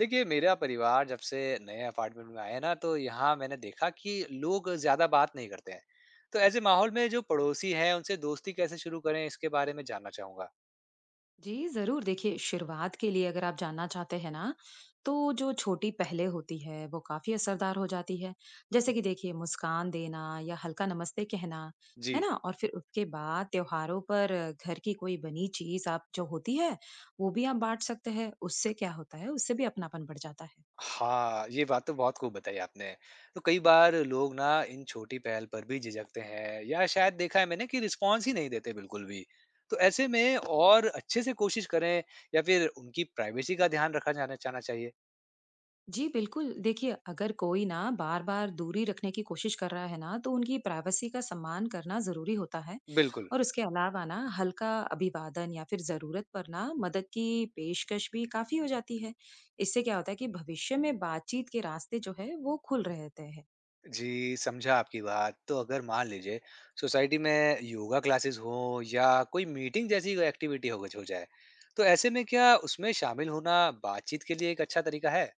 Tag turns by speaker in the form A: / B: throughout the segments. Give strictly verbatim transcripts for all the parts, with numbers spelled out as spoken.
A: देखिए मेरा परिवार जब से नए अपार्टमेंट में आया है ना तो यहाँ मैंने देखा कि लोग ज्यादा बात नहीं करते हैं। तो ऐसे माहौल में जो पड़ोसी हैं उनसे दोस्ती कैसे शुरू करें इसके बारे में जानना चाहूंगा।
B: जी, ज़रूर। देखिए, शुरुआत के लिए अगर आप जानना चाहते हैं ना, तो जो छोटी पहलें होती है, वो काफ़ी असरदार हो जाती है। जैसे कि देखिए, मुस्कान देना या हल्का नमस्ते कहना,
A: जी।
B: है ना? और फिर उसके बाद त्योहारों पर घर की कोई बनी चीज़ आप जो होती है, वो भी आप बाँट सकते हैं। उससे क्या होता है, उससे भी अपनापन बढ़ जाता है।
A: हाँ, ये बात तो बहुत खूब बताई आपने। तो कई बार लोग ना इन छोटी पहल पर भी झिझकते हैं या शायद देखा है मैंने कि रिस्पॉन्स ही नहीं देते बिल्कुल भी। तो ऐसे में और अच्छे से कोशिश करें या फिर उनकी प्राइवेसी का ध्यान रखा जाना जाना चाहिए।
B: जी बिल्कुल। देखिए, अगर कोई ना बार बार दूरी रखने की कोशिश कर रहा है ना, तो उनकी प्राइवेसी का सम्मान करना जरूरी होता है।
A: बिल्कुल।
B: और उसके अलावा ना हल्का अभिवादन या फिर जरूरत पर ना मदद की पेशकश भी काफी हो जाती है। इससे क्या होता है कि भविष्य में बातचीत के रास्ते जो है वो खुल रहते हैं।
A: जी, समझा आपकी बात। तो अगर मान लीजिए सोसाइटी में योगा क्लासेस हों या कोई मीटिंग जैसी कोई एक्टिविटी हो गज हो जाए, तो ऐसे में क्या उसमें शामिल होना बातचीत के लिए एक अच्छा तरीका है?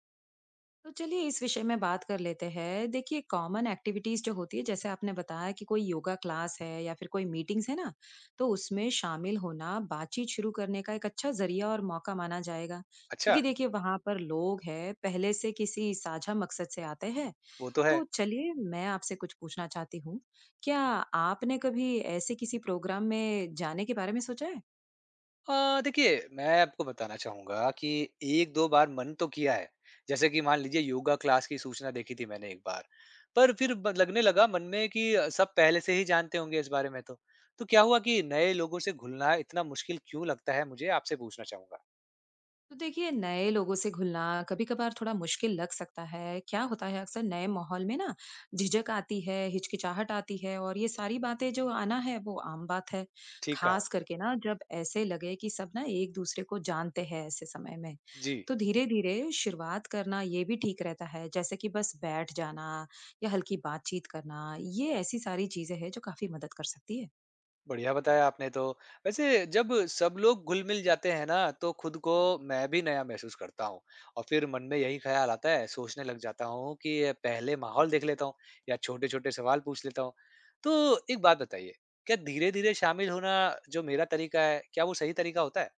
B: तो चलिए इस विषय में बात कर लेते हैं। देखिए, कॉमन एक्टिविटीज़ जो होती है, जैसे आपने बताया कि कोई योगा क्लास है या फिर कोई मीटिंग्स है ना, तो उसमें शामिल होना बातचीत शुरू करने का एक अच्छा ज़रिया और मौका माना जाएगा।
A: अच्छा।
B: क्योंकि देखिए वहाँ पर लोग हैं पहले से किसी साझा मकसद से आते हैं।
A: वो तो है।
B: तो चलिए मैं आपसे कुछ पूछना चाहती हूँ, क्या आपने कभी ऐसे किसी प्रोग्राम में जाने के बारे में सोचा है?
A: अ, देखिए, मैं आपको बताना चाहूँगा कि एक दो बार मन तो किया है। जैसे कि मान लीजिए योगा क्लास की सूचना देखी थी मैंने एक बार, पर फिर ब लगने लगा मन में कि अ, सब पहले से ही जानते होंगे इस बारे में तो। तो क्या हुआ कि नए लोगों से घुलना इतना मुश्किल क्यों लगता है मुझे, आपसे पूछना चाहूँगा?
B: तो देखिए नए लोगों से घुलना कभी कभार थोड़ा मुश्किल लग सकता है। क्या होता है अक्सर नए माहौल में ना झिझक आती है, हिचकिचाहट आती है, और ये सारी बातें जो आना है वो आम बात है।
A: ठीक कहा।
B: खास करके ना जब ऐसे लगे कि सब ना एक दूसरे को जानते हैं। ऐसे समय में
A: जी।
B: तो धीरे धीरे शुरुआत करना ये भी ठीक रहता है, जैसे कि बस बैठ जाना या हल्की बातचीत करना, ये ऐसी सारी चीजें हैं जो काफी मदद कर सकती है।
A: बढ़िया बताया आपने तो। वैसे जब सब लोग घुल-मिल जाते हैं ना, तो खुद को मैं भी नया महसूस करता हूँ और फिर मन में यही ख़्याल आता है, सोचने लग जाता हूँ कि ये पहले माहौल देख लेता हूँ या छोटे-छोटे सवाल पूछ लेता हूँ। तो एक बात बताइए, क्या धीरे-धीरे शामिल होना जो मेरा तरीका है, क्या वो सही तरीका होता है?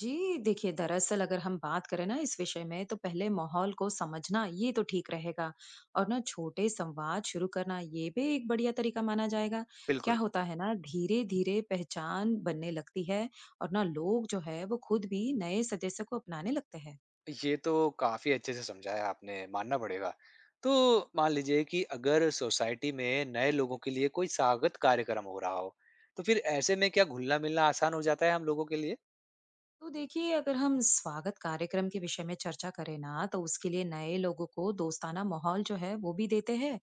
B: जी, देखिए दरअसल अगर हम बात करें ना इस विषय में, तो पहले माहौल को समझना ये तो ठीक रहेगा और ना छोटे संवाद शुरू करना ये भी एक बढ़िया तरीका माना जाएगा। क्या
A: बिल्कुल।
B: होता है ना धीरे धीरे पहचान बनने लगती है, और ना लोग जो है वो खुद भी नए सदस्य को अपनाने लगते हैं।
A: ये तो काफ़ी अच्छे से समझाया आपने, मानना पड़ेगा। तो मान लीजिए कि अगर सोसाइटी में नए लोगों के लिए कोई स्वागत कार्यक्रम हो रहा हो, तो फिर ऐसे में क्या घुलना-मिलना आसान हो जाता है हम लोगों के लिए?
B: तो देखिए अगर हम स्वागत कार्यक्रम के विषय में चर्चा करें ना, तो उसके लिए नए लोगों को दोस्ताना माहौल जो है वो भी देते हैं,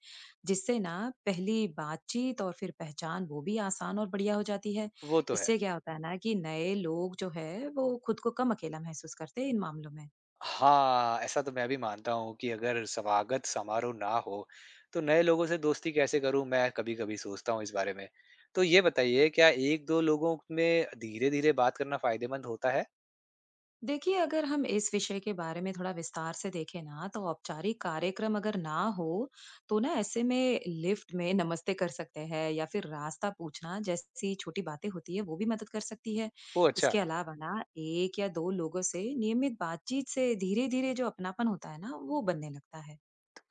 B: जिससे ना पहली बातचीत और फिर पहचान वो भी आसान और बढ़िया हो जाती है।
A: वो तो है।
B: इससे क्या होता है ना कि नए लोग जो है वो खुद को कम अकेला महसूस करते हैं इन मामलों में।
A: हाँ, ऐसा तो मैं भी मानता हूँ कि अगर स्वागत समारोह ना हो, तो नए लोगों से दोस्ती कैसे करूँ? मैं कभी-कभी सोचता हूँ इस बारे में। तो ये बताइए क्या एक दो लोगों में धीरे-धीरे बात करना फ़ायदेमंद होता है?
B: देखिए, अगर हम इस विषय के बारे में थोड़ा विस्तार से देखें ना, तो औपचारिक कार्यक्रम अगर ना हो, तो ना ऐसे में लिफ्ट में नमस्ते कर सकते हैं या फिर रास्ता पूछना जैसी छोटी बातें होती है, वो भी मदद कर सकती है।
A: ओह, अच्छा!
B: इसके अलावा ना एक या दो लोगों से नियमित बातचीत से धीरे-धीरे जो अपनापन होता है ना, वो बनने लगता है।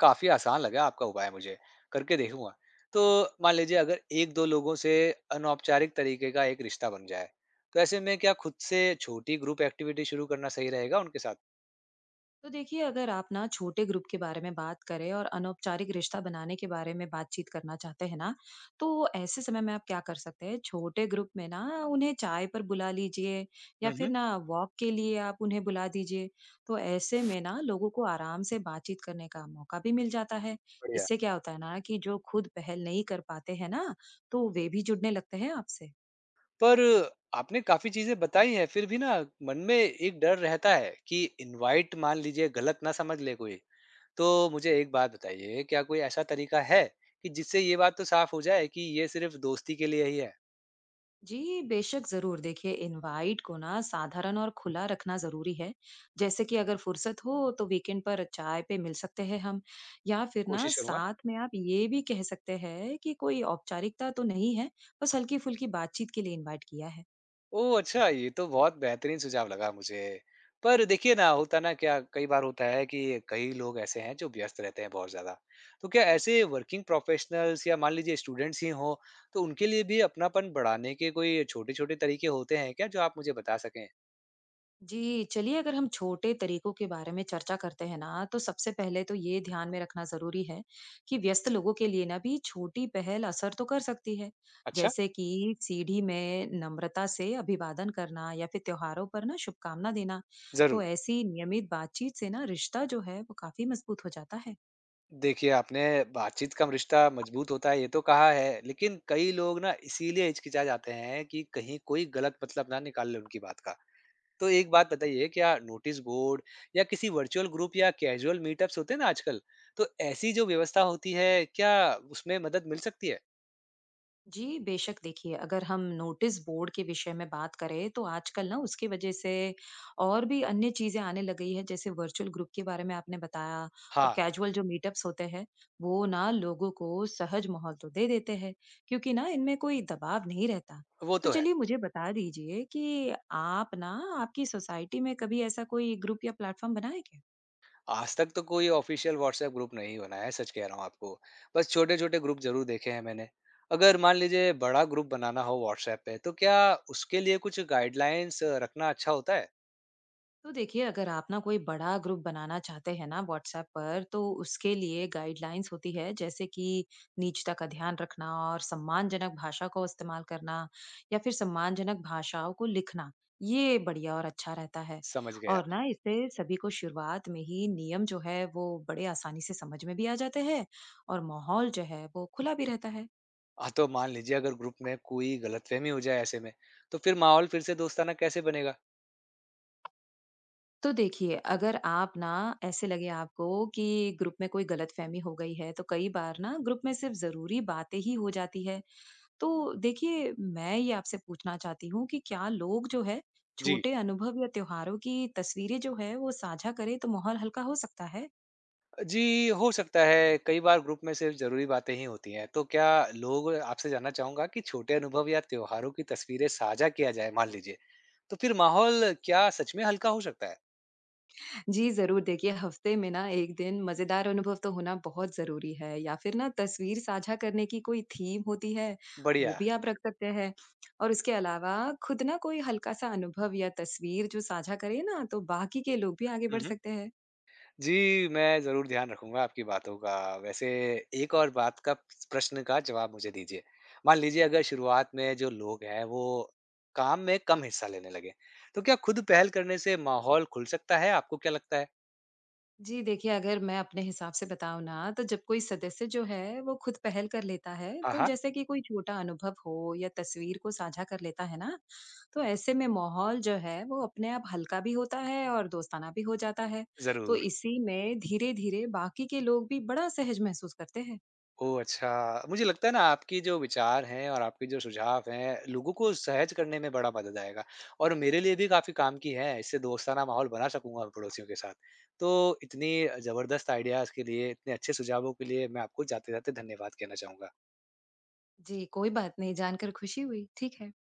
A: काफ़ी आसान लगा आपका उपाय मुझे, करके देखूँगा। तो मान लीजिए अगर एक दो लोगों से अनौपचारिक तरीके का एक रिश्ता बन जाए, तो ऐसे में क्या खुद से छोटी ग्रुप एक्टिविटी शुरू करना सही रहेगा उनके साथ?
B: तो देखिए अगर आप ना छोटे ग्रुप के बारे में बात करें और अनौपचारिक रिश्ता बनाने के बारे में बातचीत करना चाहते हैं ना, तो ऐसे समय में आप क्या कर सकते हैं, छोटे ग्रुप में ना उन्हें चाय पर बुला लीजिए या
A: हुँ,
B: फिर
A: हुँ।
B: ना वॉक के लिए आप उन्हें बुला दीजिए। तो ऐसे में ना लोगों को आराम से बातचीत करने का मौका भी मिल जाता है।
A: बढ़िया।
B: इससे क्या होता है ना कि जो खुद पहल नहीं कर पाते हैं ना, तो वे भी जुड़ने लगते हैं आपसे।
A: पर आपने काफ़ी चीज़ें बताई हैं, फिर भी ना मन में एक डर रहता है कि इनवाइट मान लीजिए गलत ना समझ ले कोई। तो मुझे एक बात बताइए, क्या कोई ऐसा तरीका है कि जिससे ये बात तो साफ़ हो जाए कि ये सिर्फ़ दोस्ती के लिए ही है?
B: जी, बेशक ज़रूर। देखिए, इनवाइट को ना साधारण और खुला रखना ज़रूरी है। जैसे कि अगर फुर्सत हो तो वीकेंड पर चाय पे मिल सकते हैं हम, या फिर ना
A: कोशिश करूँगा।
B: साथ में आप ये भी कह सकते हैं कि कोई औपचारिकता तो नहीं है, बस हल्की-फुल्की बातचीत के लिए इनवाइट किया है।
A: ओह! अच्छा, ये तो बहुत बेहतरीन सुझाव लगा मुझे। पर देखिए ना, होता ना क्या, कई बार होता है कि कई लोग ऐसे हैं, जो व्यस्त रहते हैं बहुत ज़्यादा। तो क्या ऐसे वर्किंग प्रोफ़ेशनल्स या मान लीजिए स्टूडेंट्स ही हों, तो उनके लिए भी अपनापन बढ़ाने के कोई छोटे-छोटे तरीके होते हैं क्या, जो आप मुझे बता सकें?
B: जी, चलिए अगर हम छोटे तरीकों के बारे में चर्चा करते हैं ना, तो सबसे पहले तो ये ध्यान में रखना ज़रूरी है कि व्यस्त लोगों के लिए ना भी छोटी पहल असर तो कर सकती है।
A: अच्छा।
B: जैसे कि सीढ़ी में नम्रता से अभिवादन करना या फिर त्योहारों पर ना शुभकामना देना। तो
A: ज़रूर।
B: ऐसी नियमित बातचीत से ना रिश्ता जो है वो काफ़ी मजबूत हो जाता है।
A: देखिए, आपने बातचीत कम रिश्ता मज़बूत होता है, ये तो कहा है। लेकिन कई लोग ना, इसीलिए हिचकिचा जाते हैं कि कहीं कोई गलत मतलब ना निकाल ले उनकी बात का। तो एक बात बताइए, क्या नोटिस बोर्ड या किसी वर्चुअल ग्रुप या कैजुअल मीटअप्स होते हैं ना आजकल, तो ऐसी जो व्यवस्था होती है क्या उसमें मदद मिल सकती है?
B: जी, बेशक। देखिए, अगर हम नोटिस बोर्ड के विषय में बात करें, तो आजकल ना उसकी वजह से और भी अन्य चीज़ें आने लग गई हैं, जैसे वर्चुअल ग्रुप के बारे में आपने बताया, और
A: हाँ।
B: कैजुअल जो मीटअप्स होते हैं, वो ना लोगों को सहज माहौल तो दे देते हैं, क्योंकि ना इनमें कोई दबाव नहीं रहता।
A: वो
B: तो
A: तो है।
B: चलिए मुझे बता दीजिए कि आप ना आपकी सोसाइटी में कभी ऐसा कोई ग्रुप या प्लेटफ़ॉर्म बनाए क्या?
A: आज तक तो कोई ऑफिशियल व्हाट्सएप ग्रुप नहीं बना है, सच कह रहा हूँ आपको। बस छोटे छोटे ग्रुप जरूर देखे हैं मैंने। अगर मान लीजिए बड़ा ग्रुप बनाना हो व्हाट्सएप पे, तो क्या उसके लिए कुछ गाइडलाइंस रखना अच्छा होता है?
B: तो देखिए अगर आप ना कोई बड़ा ग्रुप बनाना चाहते हैं ना व्हाट्सएप पर, तो उसके लिए गाइडलाइंस होती है, जैसे कि निजता का ध्यान रखना और सम्मानजनक भाषा को इस्तेमाल करना या फिर सम्मानजनक भाषाओं को लिखना। ये बढ़िया और अच्छा रहता है।
A: समझ गया।
B: और ना इससे सभी को शुरुआत में ही नियम जो है वो बड़े आसानी से समझ में भी आ जाते हैं, और माहौल जो है वो खुला भी रहता है।
A: हाँ, तो मान लीजिए अगर ग्रुप में कोई गलतफहमी हो जाए ऐसे में, तो फिर माहौल फिर से दोस्ताना कैसे बनेगा?
B: तो देखिए, अगर आप ना ऐसे लगे आपको कि ग्रुप में कोई गलतफहमी हो गई है, तो कई बार ना ग्रुप में सिर्फ ज़रूरी बातें ही हो जाती है। तो देखिए, मैं ये आपसे पूछना चाहती हूँ कि क्या लोग जो है,
A: जी।
B: छोटे अनुभव या त्योहारों की तस्वीरें जो है, वो साझा करें तो माहौल हल्का हो सकता है?
A: जी, हो सकता है। कई बार ग्रुप में सिर्फ़ ज़रूरी बातें ही होती हैं। तो क्या लोग, आपसे जानना चाहूँगा कि छोटे अनुभव या त्योहारों की तस्वीरें साझा किया जाए मान लीजिए, तो फिर माहौल क्या सच में हल्का हो सकता है?
B: जी, ज़रूर। देखिए, हफ्ते में ना एक दिन मज़ेदार अनुभव तो होना बहुत ज़रूरी है, या फिर ना तस्वीर साझा करने की कोई थीम होती है, वो
A: बढ़िया।
B: भी आप रख सकते हैं। और उसके अलावा खुद ना कोई हल्का-सा अनुभव या तस्वीर जो साझा करें ना, तो बाकी के लोग भी आगे
A: हुँ,
B: बढ़
A: हुँ।
B: सकते हैं।
A: जी, मैं ज़रूर ध्यान रखूँगा आपकी बातों का। वैसे एक और बात का, प्रश्न का जवाब मुझे दीजिए। मान लीजिए अगर शुरुआत में जो लोग हैं वो काम में कम हिस्सा लेने लगे, तो क्या खुद पहल करने से माहौल खुल सकता है? आपको क्या लगता है?
B: जी देखिए, अगर मैं अपने हिसाब से बताऊँ ना, तो जब कोई सदस्य जो है, वो खुद पहल कर लेता है,
A: हाँ,
B: तो
A: हाँ।
B: जैसे कि कोई छोटा अनुभव हो या तस्वीर को साझा कर लेता है ना, तो ऐसे में माहौल जो है, वो अपने आप हल्का भी होता है और दोस्ताना भी हो जाता है। तो
A: ज़रूर।
B: इसी में धीरे-धीरे बाकी के लोग भी बड़ा सहज महसूस करते हैं।
A: ओह! अच्छा। मुझे लगता है ना, आपकी जो विचार हैं और आपके जो सुझाव हैं, लोगों को सहज करने में बड़ा मदद आएगा और मेरे लिए भी काफ़ी काम की है। इससे दोस्ताना माहौल बना सकूँगा पड़ोसियों के साथ। तो इतनी ज़बरदस्त आइडियाज़ के लिए, इतने अच्छे सुझावों के लिए मैं आपको जाते-जाते धन्यवाद कहना चाहूँगा।
B: जी, कोई बात नहीं, जानकर खुशी हुई। ठीक है।